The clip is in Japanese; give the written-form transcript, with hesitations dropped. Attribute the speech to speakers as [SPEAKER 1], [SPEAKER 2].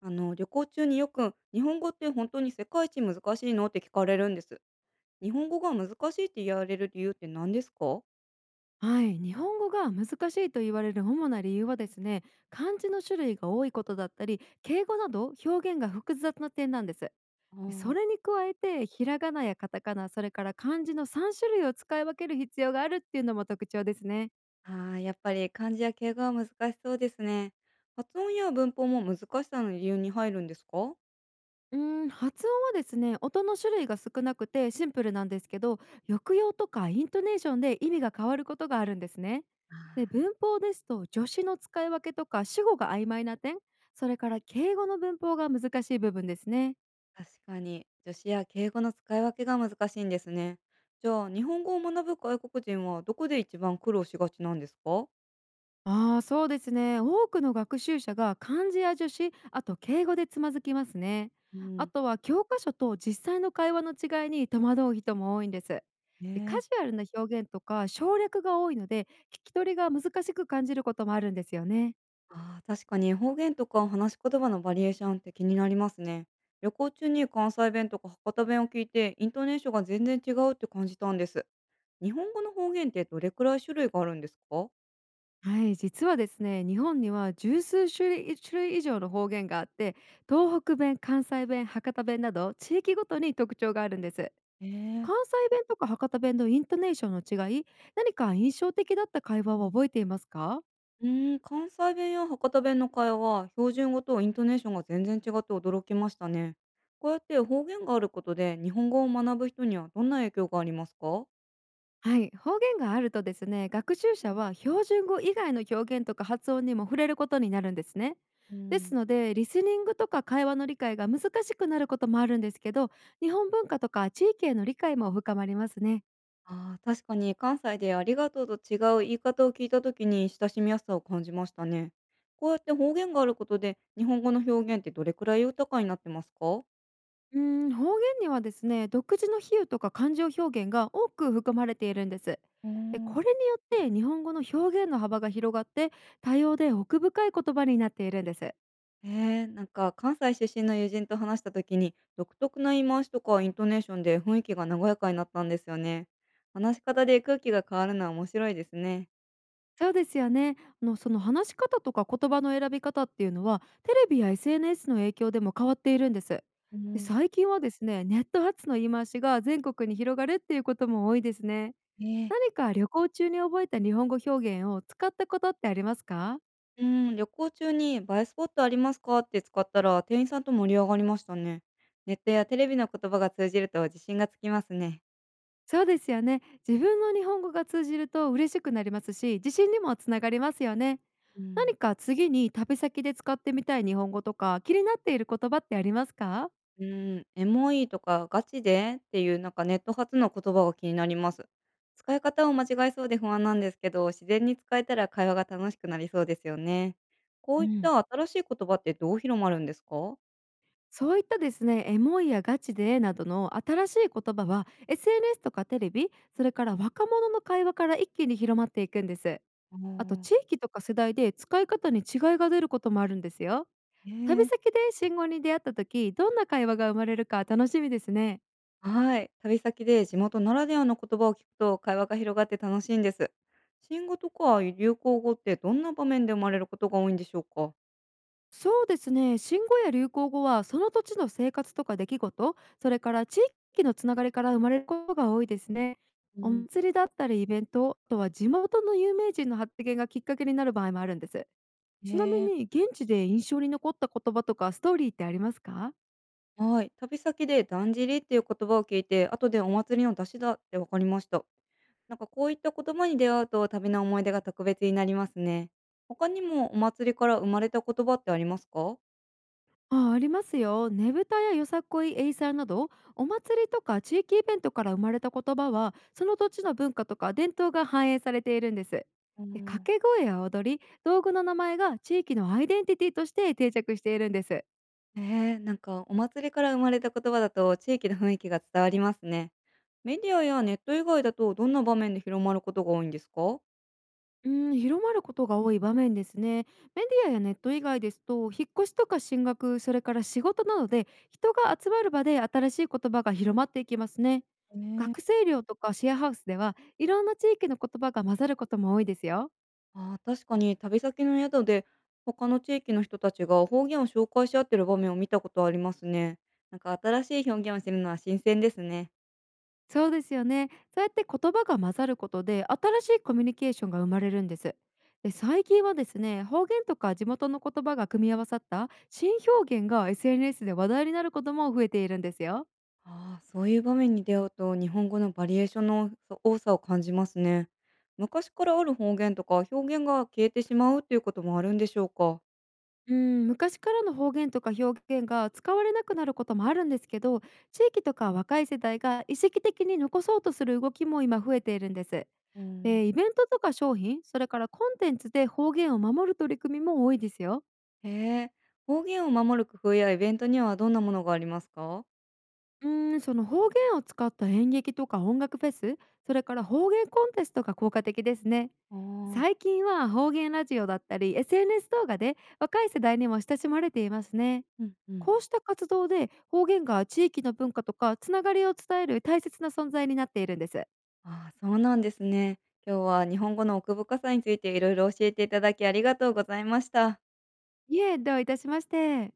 [SPEAKER 1] 旅行中によく「日本語って本当に世界一難しいの？」って聞かれるんです。日本語が難しいって言われる理由って何ですか？
[SPEAKER 2] はい、日本語が難しいと言われる主な理由はですね、漢字の種類が多いことだったり敬語など表現が複雑な点なんです。
[SPEAKER 1] あ
[SPEAKER 2] で、それに加えてひらがなやカタカナ、それから漢字の3種類を使い分ける必要があるっていうのも特徴ですね。
[SPEAKER 1] やっぱり漢字や敬語は難しそうですね。発音や文法も難しさの理由に入るんですか？
[SPEAKER 2] うー発音はですね、音の種類が少なくてシンプルなんですけど、抑揚とかイントネーションで意味が変わることがあるんですね。
[SPEAKER 1] あ
[SPEAKER 2] で、
[SPEAKER 1] あ、
[SPEAKER 2] 文法ですと助詞の使い分けとか主語が曖昧な点、それから敬語の文法が難しい部分ですね。
[SPEAKER 1] 確かに助詞や敬語の使い分けが難しいんですね。じゃあ日本語を学ぶ外国人はどこで一番苦労しがちなんですか？
[SPEAKER 2] そうですね、多くの学習者が漢字や助詞、あと敬語でつまずきますね。
[SPEAKER 1] う
[SPEAKER 2] あ
[SPEAKER 1] ん。
[SPEAKER 2] とは教科書と実際の会話の違いに戸惑う人も多いんです。で、カ
[SPEAKER 1] ね
[SPEAKER 2] ジ
[SPEAKER 1] え。
[SPEAKER 2] ュアルな表現とか省略が多いので、聞き取りが難しく感じることもあるんですよね。
[SPEAKER 1] ああ、確かに方言とか話し言葉のバリエーションって気になりますね。旅行中に関西弁とか博多弁を聞いて、イントネーションが全然違うって感じたんです。日本語の方言ってどれくらい種類があるんですか？
[SPEAKER 2] はい、実はですね、日本には十数種類以上の方言があって、東北弁、関西弁、博多弁など地域ごとに特徴があるんです。
[SPEAKER 1] えー、
[SPEAKER 2] 関西弁とか博多弁のイントネーションの違い、何か印象的だった会話は覚えていますか？
[SPEAKER 1] うーん、関西弁や博多弁の会話は標準語とイントネーションが全然違って驚きましたね。こうやって方言があることで日本語を学ぶ人にはどんな影響がありますか？
[SPEAKER 2] はい、方言があるとですね、学習者は標準語以外の表現とか発音にも触れることになるんですね。
[SPEAKER 1] う
[SPEAKER 2] です
[SPEAKER 1] ん。
[SPEAKER 2] ので、リスニングとか会話の理解が難しくなることもあるんですけど、日本文化とか地域への理解も深まりますね。
[SPEAKER 1] ああ、確かに関西でありがとうと違う言い方を聞いた時に親しみやすさを感じましたね。こうやって方言があることで日本語の表現ってどれくらい豊かになってますか？
[SPEAKER 2] うん、方言にはですね、独自の比喩とか感情表現が多く含まれているんです。
[SPEAKER 1] う
[SPEAKER 2] で、
[SPEAKER 1] ー。
[SPEAKER 2] これによって日本語の表現の幅が広がって、多様で奥深い言葉になっているんです。
[SPEAKER 1] えー、なんか関西出身の友人と話した時に独特な言い回しとかイントネーションで雰囲気が和やかになったんですよね。話し方で空気が変わるのは面白いですね。
[SPEAKER 2] そうですよね。その話し方とか言葉の選び方っていうのは、テレビや SNS の影響でも変わっているんです。
[SPEAKER 1] う
[SPEAKER 2] で、
[SPEAKER 1] ん。
[SPEAKER 2] 最近はですね、ネット発の言い回しが全国に広がるっていうことも多いですね。
[SPEAKER 1] ねえ。
[SPEAKER 2] 何か旅行中に覚えた日本語表現を使ったことってありますか？
[SPEAKER 1] うー旅行中に映えスポットありますかって使ったら店員さんと盛り上がりましたね。ネットやテレビの言葉が通じると自信がつきますね。
[SPEAKER 2] そうですよね。自分の日本語が通じると嬉しくなりますし、自信にもつながりますよね。
[SPEAKER 1] うん、
[SPEAKER 2] 何か次に旅先で使ってみたい日本語とか気になっている言葉ってありますか？
[SPEAKER 1] うーん、エモいとかガチでっていうなんかネット発の言葉が気になります。使い方を間違えそうで不安なんですけど、自然に使えたら会話が楽しくなりそうですよね。こ
[SPEAKER 2] う
[SPEAKER 1] ういっ
[SPEAKER 2] ん、
[SPEAKER 1] た新しい言葉ってどう広まるんですか？
[SPEAKER 2] そういったですね、エモいやガチでなどの新しい言葉は SNS とかテレビ、それから若者の会話から一気に広まっていくんです。
[SPEAKER 1] ああ
[SPEAKER 2] あと地
[SPEAKER 1] ー。
[SPEAKER 2] 域とか世代で使い方に違いが出ることもあるんですよ。旅
[SPEAKER 1] ええ。
[SPEAKER 2] 先で信号に出会った時、どんな会話が生まれるか楽しみですね。
[SPEAKER 1] はい。旅先で地元ならではの言葉を聞くと会話が広がって楽しいんです。新語とか流行語ってどんな場面で生まれることが多いんでしょうか？
[SPEAKER 2] そうですね、新語や流行語はその土地の生活とか出来事、それから地域のつながりから生まれることが多いですね。
[SPEAKER 1] う
[SPEAKER 2] お
[SPEAKER 1] ん。
[SPEAKER 2] 祭りだったりイベント、あとは地元の有名人の発言がきっかけになる場合もあるんです。ちなみ
[SPEAKER 1] へえ。
[SPEAKER 2] に現地で印象に残った言葉とかストーリーってありますか？
[SPEAKER 1] はい。旅先でだんじりっていう言葉を聞いて、後でお祭りの出しだって分かりました。なんかこういった言葉に出会うと旅の思い出が特別になりますね。他にもお祭りから生まれた言葉ってありますか？
[SPEAKER 2] ありますよ。ねぶたやよさこい、エイサーなどお祭りとか地域イベントから生まれた言葉はその土地の文化とか伝統が反映されているんです。で、
[SPEAKER 1] う
[SPEAKER 2] 掛
[SPEAKER 1] ん。
[SPEAKER 2] け声や踊り道具の名前が地域のアイデンティティとして定着しているんです。
[SPEAKER 1] ええ、なんかお祭りから生まれた言葉だと地域の雰囲気が伝わりますね。メディアやネット以外だとどんな場面で広まることが多いんですか？
[SPEAKER 2] うん、広まることが多い場面ですね。メディアやネット以外ですと、引っ越しとか進学、それから仕事などで人が集まる場で新しい言葉が広まっていきますね。
[SPEAKER 1] ね。
[SPEAKER 2] 学生寮とかシェアハウスではいろんな地域の言葉が混ざることも多いですよ。
[SPEAKER 1] ああ、確かに旅先の宿で他の地域の人たちが方言を紹介し合ってる場面を見たことありますね。なんか新しい表現を知るのは新鮮ですね。
[SPEAKER 2] そうですよね。そうやって言葉が混ざることで新しいコミュニケーションが生まれるんです。で、最近はですね、方言とか地元の言葉が組み合わさった新表現が SNS で話題になることも増えているんですよ。
[SPEAKER 1] ああ、そういう場面に出会うと日本語のバリエーションの多さを感じますね。昔からある方言とか表現が消えてしまうということもあるんでしょうか。
[SPEAKER 2] うん、昔からの方言とか表現が使われなくなることもあるんですけど、地域とか若い世代が意識的に残そうとする動きも今増えているんです。
[SPEAKER 1] うん。
[SPEAKER 2] で、イベントとか商品、それからコンテンツで方言を守る取り組みも多いですよ。
[SPEAKER 1] へえ、方言を守る工夫やイベントにはどんなものがありますか？
[SPEAKER 2] その方言を使った演劇とか音楽フェス、それから方言コンテストが効果的ですね。
[SPEAKER 1] あー。
[SPEAKER 2] 最近は方言ラジオだったり SNS 動画で若い世代にも親しまれていますね。
[SPEAKER 1] うんうん。
[SPEAKER 2] こうした活動で方言が地域の文化とかつながりを伝える大切な存在になっているんです。
[SPEAKER 1] ああ、そうなんですね。今日は日本語の奥深さについていろいろ教えていただきありがとうございました。
[SPEAKER 2] いえ、どういたしまして。